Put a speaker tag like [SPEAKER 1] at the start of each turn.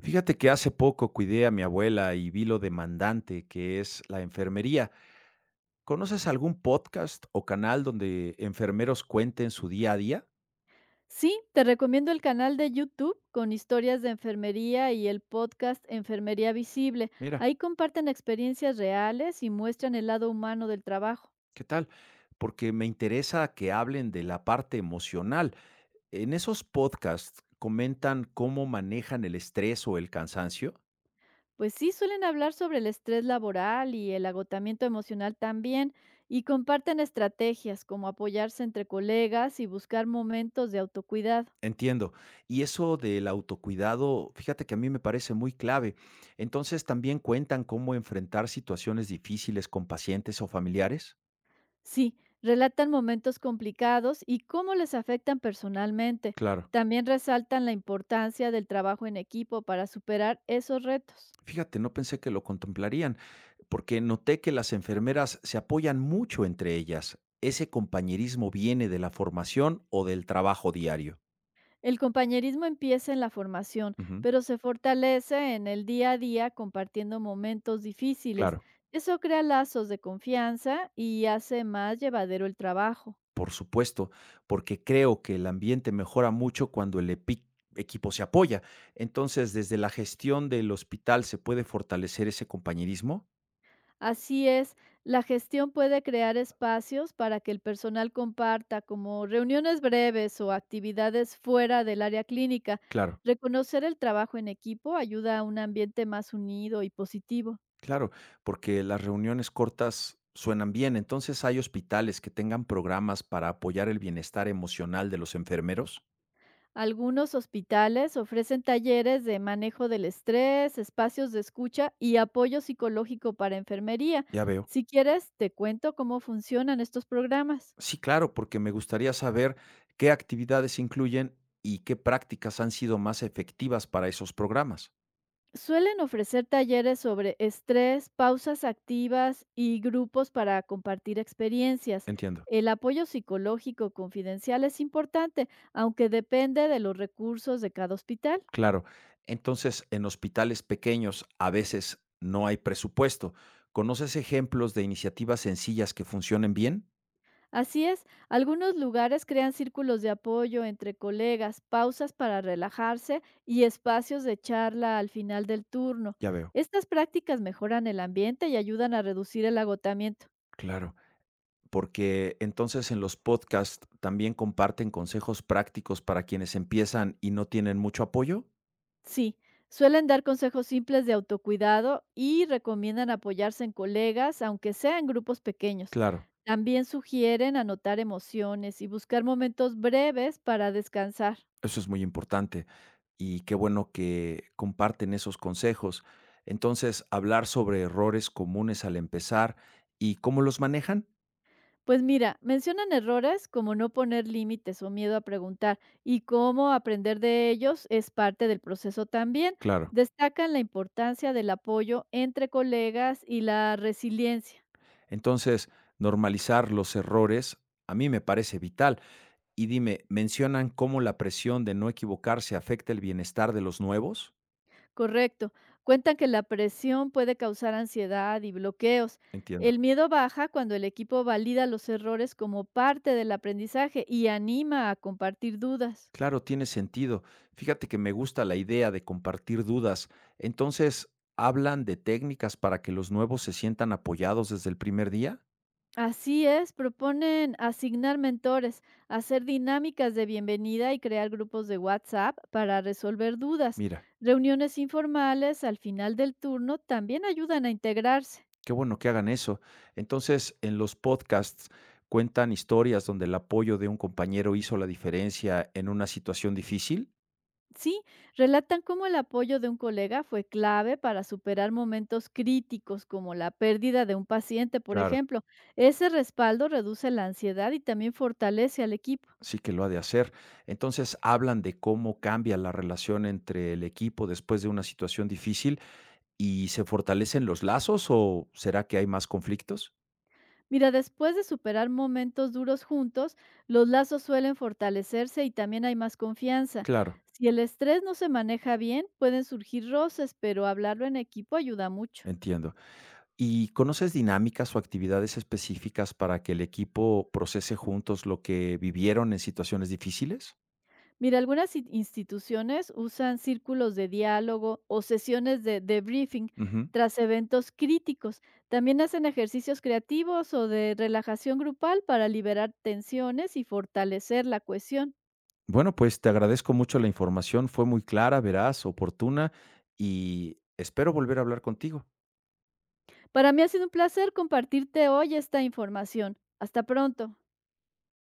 [SPEAKER 1] Fíjate que hace poco cuidé a mi abuela y vi lo demandante que es la enfermería. ¿Conoces algún podcast o canal donde enfermeros cuenten su día a día?
[SPEAKER 2] Sí, te recomiendo el canal de YouTube con historias de enfermería y el podcast Enfermería Visible.
[SPEAKER 1] Mira,
[SPEAKER 2] Ahí comparten experiencias reales y muestran el lado humano del trabajo.
[SPEAKER 1] ¿qué tal? Porque me interesa que hablen de la parte emocional. En esos podcasts comentan cómo manejan el estrés o el cansancio.
[SPEAKER 2] Pues sí, suelen hablar sobre el estrés laboral y el agotamiento emocional también y comparten estrategias como apoyarse entre colegas y buscar momentos de autocuidado.
[SPEAKER 1] Entiendo. Y eso del autocuidado, fíjate que a mí me parece muy clave. Entonces, ¿también cuentan cómo enfrentar situaciones difíciles con pacientes o familiares?
[SPEAKER 2] Sí, relatan momentos complicados y cómo les afectan personalmente.
[SPEAKER 1] Claro.
[SPEAKER 2] También resaltan la importancia del trabajo en equipo para superar esos retos.
[SPEAKER 1] Fíjate, no pensé que lo contemplarían, porque noté que las enfermeras se apoyan mucho entre ellas. ¿Ese compañerismo viene de la formación o del trabajo diario?
[SPEAKER 2] El compañerismo empieza en la formación,
[SPEAKER 1] Ujú.
[SPEAKER 2] pero se fortalece en el día a día compartiendo momentos difíciles.
[SPEAKER 1] Claro,
[SPEAKER 2] Eso crea lazos de confianza y hace más llevadero el trabajo.
[SPEAKER 1] por supuesto, porque creo que el ambiente mejora mucho cuando equipo se apoya. Entonces, desde la gestión del hospital se puede fortalecer ese compañerismo.
[SPEAKER 2] Así es, la gestión puede crear espacios para que el personal comparta, como reuniones breves o actividades fuera del área clínica.
[SPEAKER 1] Claro.
[SPEAKER 2] Reconocer el trabajo en equipo ayuda a un ambiente más unido y positivo.
[SPEAKER 1] Claro, porque las reuniones cortas suenan bien. Entonces, ¿hay hospitales que tengan programas para apoyar el bienestar emocional de los enfermeros?
[SPEAKER 2] Algunos hospitales ofrecen talleres de manejo del estrés, espacios de escucha y apoyo psicológico para enfermería.
[SPEAKER 1] Ya veo.
[SPEAKER 2] Si quieres, te cuento cómo funcionan estos programas.
[SPEAKER 1] Sí, claro, porque me gustaría saber qué actividades incluyen y qué prácticas han sido más efectivas para esos programas.
[SPEAKER 2] Suelen ofrecer talleres sobre estrés, pausas activas y grupos para compartir experiencias.
[SPEAKER 1] Entiendo.
[SPEAKER 2] El apoyo psicológico confidencial es importante, aunque depende de los recursos de cada hospital.
[SPEAKER 1] Claro. Entonces, en hospitales pequeños a veces no hay presupuesto. ¿Conoces ejemplos de iniciativas sencillas que funcionen bien?
[SPEAKER 2] Así es, algunos lugares crean círculos de apoyo entre colegas, pausas para relajarse y espacios de charla al final del turno.
[SPEAKER 1] Ya veo.
[SPEAKER 2] Estas prácticas mejoran el ambiente y ayudan a reducir el agotamiento.
[SPEAKER 1] Claro. Porque entonces en los podcasts también comparten consejos prácticos para quienes empiezan y no tienen mucho apoyo.
[SPEAKER 2] Sí, suelen dar consejos simples de autocuidado y recomiendan apoyarse en colegas, aunque sea en grupos pequeños.
[SPEAKER 1] Claro,
[SPEAKER 2] También sugieren anotar emociones y buscar momentos breves para descansar.
[SPEAKER 1] eso es muy importante y qué bueno que comparten esos consejos. Entonces, hablar sobre errores comunes al empezar y cómo los manejan.
[SPEAKER 2] Pues mira, mencionan errores como no poner límites o miedo a preguntar y cómo aprender de ellos es parte del proceso también.
[SPEAKER 1] Claro.
[SPEAKER 2] Destacan la importancia del apoyo entre colegas y la resiliencia.
[SPEAKER 1] Entonces, normalizar los errores a mí me parece vital. Y dime, ¿mencionan cómo la presión de no equivocarse afecta el bienestar de los nuevos?
[SPEAKER 2] Correcto. Cuentan que la presión puede causar ansiedad y bloqueos.
[SPEAKER 1] Entiendo.
[SPEAKER 2] El miedo baja cuando el equipo valida los errores como parte del aprendizaje y anima a compartir dudas.
[SPEAKER 1] Claro, tiene sentido. Fíjate que me gusta la idea de compartir dudas. Entonces, ¿hablan de técnicas para que los nuevos se sientan apoyados desde el primer día?
[SPEAKER 2] Así es, proponen asignar mentores, hacer dinámicas de bienvenida y crear grupos de WhatsApp para resolver dudas.
[SPEAKER 1] Mira,
[SPEAKER 2] Reuniones informales al final del turno también ayudan a integrarse.
[SPEAKER 1] qué bueno que hagan eso. Entonces, en los podcasts cuentan historias donde el apoyo de un compañero hizo la diferencia en una situación difícil.
[SPEAKER 2] Sí, relatan cómo el apoyo de un colega fue clave para superar momentos críticos como la pérdida de un paciente, por
[SPEAKER 1] Claro,
[SPEAKER 2] ejemplo. Ese respaldo reduce la ansiedad y también fortalece al equipo.
[SPEAKER 1] sí que lo ha de hacer. Entonces, ¿hablan de cómo cambia la relación entre el equipo después de una situación difícil y se fortalecen los lazos o será que hay más conflictos?
[SPEAKER 2] Mira, después de superar momentos duros juntos, los lazos suelen fortalecerse y también hay más confianza.
[SPEAKER 1] Claro,
[SPEAKER 2] Si el estrés no se maneja bien, pueden surgir roces, pero hablarlo en equipo ayuda mucho.
[SPEAKER 1] entiendo. ¿Y conoces dinámicas o actividades específicas para que el equipo procese juntos lo que vivieron en situaciones difíciles?
[SPEAKER 2] Mira, algunas instituciones usan círculos de diálogo o sesiones de debriefing
[SPEAKER 1] Ujú.
[SPEAKER 2] tras eventos críticos. También hacen ejercicios creativos o de relajación grupal para liberar tensiones y fortalecer la cohesión.
[SPEAKER 1] Bueno, pues te agradezco mucho la información, fue muy clara, veraz, oportuna y espero volver a hablar contigo.
[SPEAKER 2] Para mí ha sido un placer compartirte hoy esta información. Hasta pronto.